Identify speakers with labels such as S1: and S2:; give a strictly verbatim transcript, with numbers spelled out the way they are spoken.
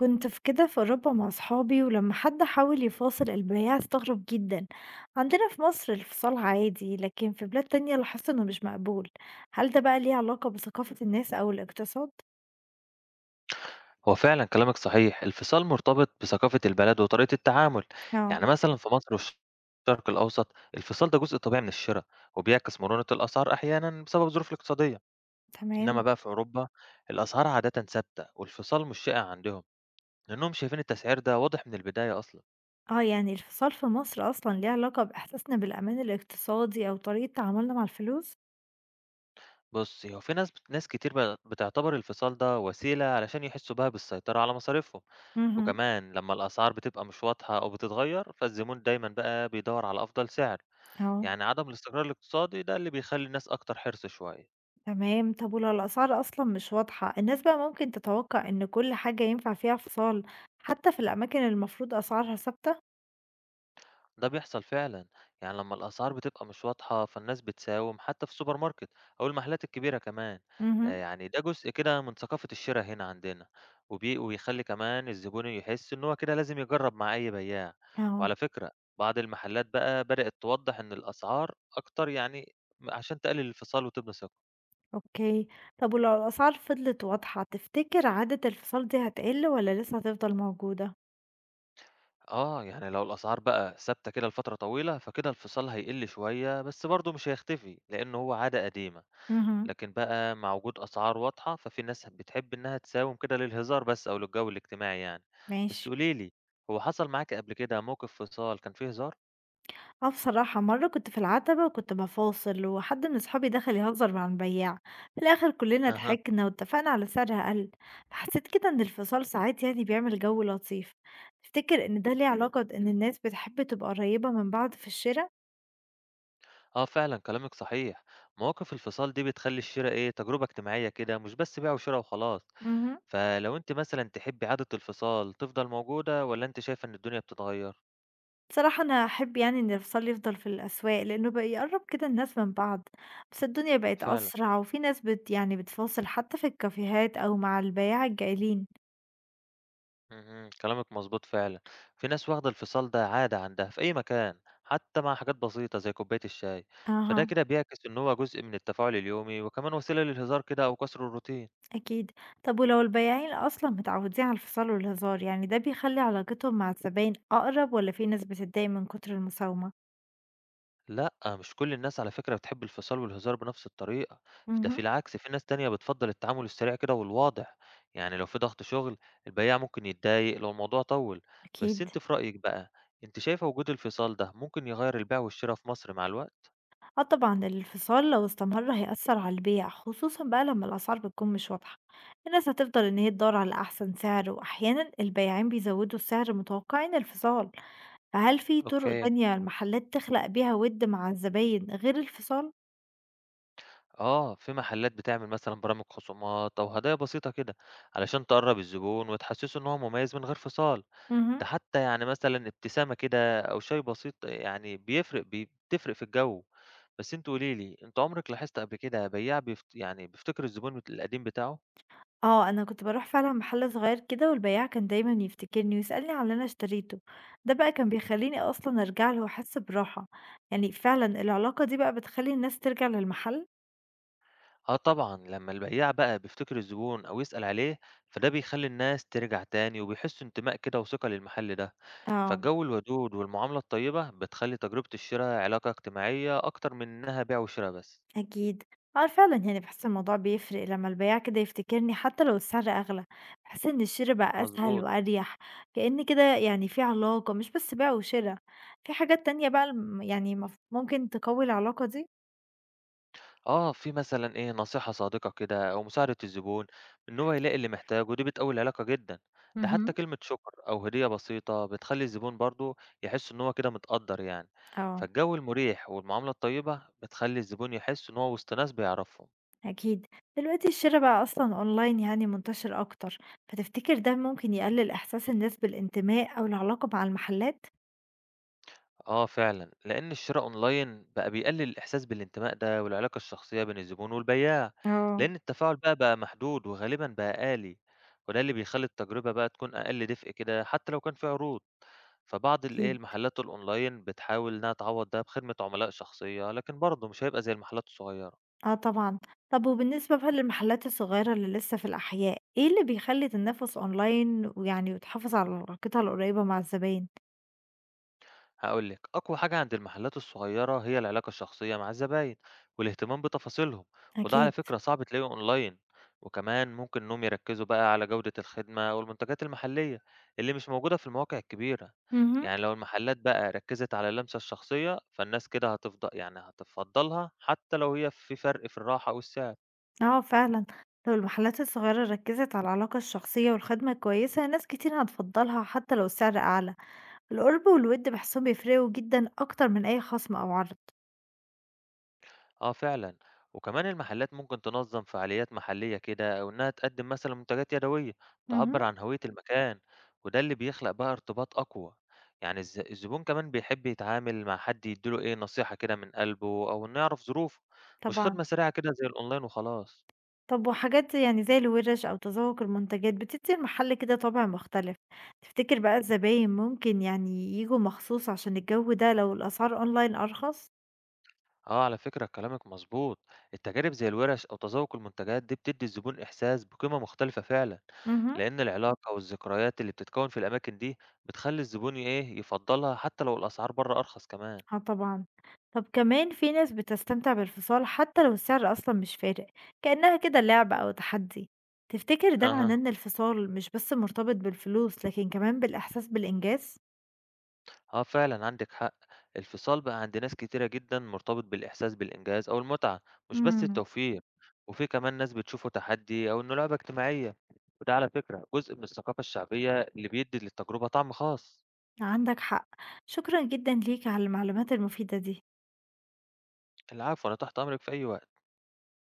S1: كنت في كده في أوروبا مع صحابي، ولما حد حاول يفاصل البياع استغرب جدا. عندنا في مصر الفصال عادي، لكن في بلاد تانية لاحظت إنه مش مقبول. هل ده بقى ليه علاقة بثقافة الناس أو الاقتصاد؟
S2: هو فعلا كلامك صحيح. الفصال مرتبط بثقافة البلد وطريقة التعامل.
S1: اه.
S2: يعني مثلا في مصر والشرق الأوسط، الفصال ده جزء طبيعي من الشراء وبيعكس مرونة الأسعار أحيانا بسبب الظروف الاقتصادية. إنما
S1: تمام.
S2: بقى في أوروبا الأسعار عادة ثابتة والفصال مش شائع عندهم، لأنهم شايفين التسعير ده واضح من البداية أصلا.
S1: اه، يعني الفصال في مصر أصلا ليه علاقة بإحساسنا بالأمان الاقتصادي أو طريقة تعاملنا مع الفلوس؟
S2: بص، هو في ناس ناس كتير بقت بتعتبر الفصال ده وسيلة علشان يحسوا بها بالسيطرة على مصاريفهم.
S1: امم.
S2: وكمان لما الأسعار بتبقى مش واضحة أو بتتغير، فالزبون دايما بقى بيدور على أفضل سعر.
S1: اه.
S2: يعني عدم الاستقرار الاقتصادي ده اللي بيخلّي الناس أكتر حرص شوية.
S1: تمام، طب ولو الأسعار أصلا مش واضحة الناس بقى ممكن تتوقع إن كل حاجة ينفع فيها فصال، حتى في الأماكن المفروض أسعارها ثابتة؟
S2: ده بيحصل فعلًا، يعني لمّا الأسعار بتبقى مش واضحة فالناس بتساوم حتى في السوبر ماركت أو المحلات الكبيرة كمان. آآ
S1: امم.
S2: يعني ده جزء كده من ثقافة الشرا هنا عندنا، وبي وبيخلّي كمان الزبون يحس إن هو كده لازم يجرّب مع أي بياع.
S1: آه.
S2: وعلى فكرة، بعض المحلات بقى بدأت توضّح إن الأسعار أكتر، يعني م عشان تقلل الانفصال وتبني ثقة.
S1: أوكي. طب ولو الأسعار فضلت واضحة، تفتكر عادة الفصال دي هتقِل والّا لسه هتفضل موجودة؟
S2: آه، يعني لو الأسعار بقى ثابتة كده لفترة طويلة فكده الانفصال هيقل شوية، بس برضه مش هيختفي لأنه هو عادة قديمة.
S1: اهم.
S2: لكن بقى مع وجود أسعار واضحة ففي ناس بتحب إنها تساوم كده للهزار بس أو للجو الاجتماعي يعني.
S1: ماشي.
S2: بس قوليلي، هو حصل معاك قبل كده موقف فصال كان فيه هزار؟
S1: آه بصراحة مرّة كنت في العتبة وكنت بافاصل وحد من صحابي دخل يهزر مع البياع، في الآخر كُلّنا
S2: أها.
S1: ضحكنا واتفقنا على سعر أقل. فحسيت كده إن الفصال ساعات يعني بيعمل جو لطيف. تفتكر إن ده ليه علاقة إن الناس بتحب تبقى قريّبة من بعض في الشِرا؟
S2: آه فعلا كلامك صحيح. مواقف الفصال دي بتخلي الشراء إيه، تجربة اجتماعية كده، مش بس بيع وشراء وخلاص.
S1: اهم.
S2: فلو أنت مثلا تحبي عادة الفصال تفضل موجودة ولا أنت شايفة إن الدنيا بتتغير؟
S1: بصراحة أنا أحب يعني إن الفصل يفضل في الأسواق، لأنه بقى يقرب كده الناس من بعض، بس الدنيا بقت
S2: فعلا.
S1: أسرع وفي ناس بت يعني بتفاصل حتى في الكافيهات أو مع البياع الجايلين.
S2: اهم، كلامِك مضبوط فعلًا. في ناس واخدة الفصال ده عادة عندها في أي مكان، حتى مع حاجات بسيطة زي كوباية الشاي. فده
S1: أها.
S2: كده بيعكس إن هو جزء من التفاعل اليومي وكمان وسيلة للهزار كده أو كسر الروتين.
S1: أكيد. طب ولو البياعين أصلا متعودين على الفصال والهزار يعني ده بيخلي علاقتهم مع الزباين أقرب، ولا في ناس بتتضايق من كتر المساومة؟
S2: لأ، مش كل الناس على فكرة بتحب الفصال والهزار بنفس الطريقة. ده في
S1: مهم.
S2: العكس في ناس تانية بتفضّل التعامل السريع كده والواضح. يعني لو في ضغط شغل، البياع ممكن يتضايق لو الموضوع طوّل. بس
S1: أكيد.
S2: أنتِ في رأيِك بقى، أنتِ شايفة وجود الفصال ده ممكن يغيّر البيع والشرا في مصر مع الوقت؟
S1: آه طبعًا، الانفصال لو استمر هيأثّر على البيع، خصوصًا بقى لمّا الأسعار بتكون مش واضحة. الناس هتفضل إن هي تدوّر على أحسن سعر، وأحيانًا البياعين بيزوّدوا السعر متوقعين انفصال. فهل في طرق
S2: أوكي.
S1: تانية المحلات تخلق بيها وِد مع الزباين غير الفصال؟
S2: آه، في محلات بتعمل مثلًا برامج خصومات أو هدايا بسيطة كده، علشان تقرّب الزبون وتحسسه إن هو مميز من غير فصال.
S1: اهم.
S2: ده حتى يعني مثلًا ابتسامة كده أو شاي بسيط، يعني بيفرق ب بتفرق في الجو. بس أنتِ قولي لي، أنتِ عمرِك لاحظتِ قبل كده بياع بيفت يعني بيفتكر الزبون القديم بتاعه؟
S1: آه، أنا كنت باروح فعلًا محل صغير كده والبياع كان دايمًا يفتكرني ويسألني على اللي أنا اشتريته، ده بقى كان بيخلّيني أصلًا أرجع له وأحس براحة. يعني فعلًا العلاقة دي بقى بتخلّي الناس ترجع للمحل؟
S2: آه طبعًا، لمّا البياع بقى بيفتكر الزبون أو يسأل عليه، فده بيخلّي الناس ترجع تاني وبيحسّوا انتماء كده وثقة للمحل ده.
S1: آه.
S2: فالجو الودود والمعاملة الطيبة بتخلّي تجربة الشرا علاقة اجتماعية أكتر من إنها بيع وشرا بس.
S1: أكيد. آه فعلا يعني بحس الموضوع بيفرق لما البياع كده يفتكرني حتى لو السعر أغلى، بحس إن الشراء بقى أسهل
S2: مضبوط.
S1: وأريح. كأن كده يعني في علاقة مش بس بيع وشراء، في حاجات تانية بقى الم- يعني مف- ممكن تقوي العلاقة دي.
S2: آه، في مثلًا إيه، نصيحة صادقة كده أو مساعدة الزبون إن هو يلاقي اللي محتاجه، ودي بتقوي العلاقة جدًا. ده حتى
S1: مهم.
S2: كلمة شكر أو هدية بسيطة بتخلّي الزبون برضه يحس إن هو كده متقدّر يعني.
S1: اه.
S2: فالجو المريح والمعاملة الطيبة بتخلّي الزبون يحس إن هو وسط ناس بيعرفهم.
S1: أكيد. دلوقتي الشراء بقى أصلا أونلاين يعني منتشر أكتر، فتفتكر ده ممكن يقلل إحساس الناس بالانتماء أو العلاقة مع المحلات؟
S2: آه فعلًا، لإن الشراء أونلاين بقى بيقلل الإحساس بالانتماء ده والعلاقة الشخصية بين الزبون والبياع.
S1: اه.
S2: لإن التفاعل بقى بقى محدود وغالبًا بقى آلي، وده اللي بيخلّي التجربة بقى تكون أقل دفء كده حتى لو كان في عروض. فبعض الإيه،
S1: أكيد.
S2: المحلات الأونلاين بتحاول إنها تعوّض ده بخدمة عملاء شخصية، لكن برضه مش هيبقى زي المحلات الصغيرة.
S1: آه طبعًا. طب وبالنسبة بقى للمحلات الصغيرة اللي لسه في الأحياء، إيه اللي بيخلّي تنافس أونلاين ويعني وتحافظ على علاقتها القريبة مع الزباين؟
S2: هاقول لِك، أقوى حاجة عند المحلات الصغيرة هي العلاقة الشخصية مع الزباين والاهتمام بتفاصيلهم. وده على
S1: أكيد.
S2: فكرة صعب تلاقيه أونلاين. وكمان ممكن إنهم يركّزوا بقى على جودة الخدمة والمنتجات المحلية اللي مش موجودة في المواقع الكبيرة.
S1: اهم.
S2: يعني لو المحلات بقى ركّزت على اللمسة الشخصية، فالناس كده هتفض يعني هتفضّلها حتى لو هي في فرق في الراحة والسعر.
S1: آه فعلًا. لو المحلات الصغيرة ركّزت على العلاقة الشخصية والخدمة الكويسة، ناس كتير هتفضّلها حتى لو السعر أعلى. القُرب والوِد باحسّهم بيفرقوا جدًا أكتر من أي خصم أو عرض.
S2: آه فعلًا، وكمان المحلات ممكن تنظم فعاليات محلية كده أو إنها تقدم مثلًا منتجات يدوية تعبّر
S1: اهم.
S2: عن هوية المكان. وده اللي بيخلق بقى ارتباط أقوى. يعني الز الزبون كمان بيحب يتعامل مع حد يدّي له إيه نصيحة كده من قلبه أو إنه يعرف ظروفه، مش
S1: طبعًا.
S2: خدمة سريعة كده زي الأونلاين وخلاص.
S1: طب وحاجات يعني زي الورش أو تذوق المنتجات بتدي المحل كده طابع مختلف، تفتكر بقى الزباين ممكن يعني ييجوا مخصوص عشان الجو ده لو الأسعار أونلاين أرخص؟
S2: آه على فكرة كلامك مظبوط. التجارب زي الورش أو تذوق المنتجات دي بتدي الزبون إحساس بقيمة مختلفة فعلا،
S1: مهم.
S2: لأن العلاقة والذكريات اللي بتتكون في الأماكن دي بتخلي الزبون إيه يفضلها حتى لو الأسعار بره أرخص كمان.
S1: اه طبعا. طب كمان في ناس بتستمتع بالفصال حتى لو السعر أصلا مش فارق، كأنها كده لعبة أو تحدي. تفتكر ده معناه
S2: أها.
S1: إن الفصال مش بس مرتبط بالفلوس لكن كمان بالإحساس بالإنجاز؟
S2: آه فعلا عندك حق. الفصال بقى عند ناس كتيرة جدا مرتبط بالإحساس بالإنجاز أو المتعة، مش بس
S1: مم.
S2: التوفير. وفي كمان ناس بتشوفه تحدي أو إنه لعبة اجتماعية، وده على فكرة جزء من الثقافة الشعبية اللي بيدي للتجربة طعم خاص.
S1: عندك حق. شكرا جدا ليك على المعلومات المفيدة دي.
S2: العفو، أنا تحت أمرك في أي وقت.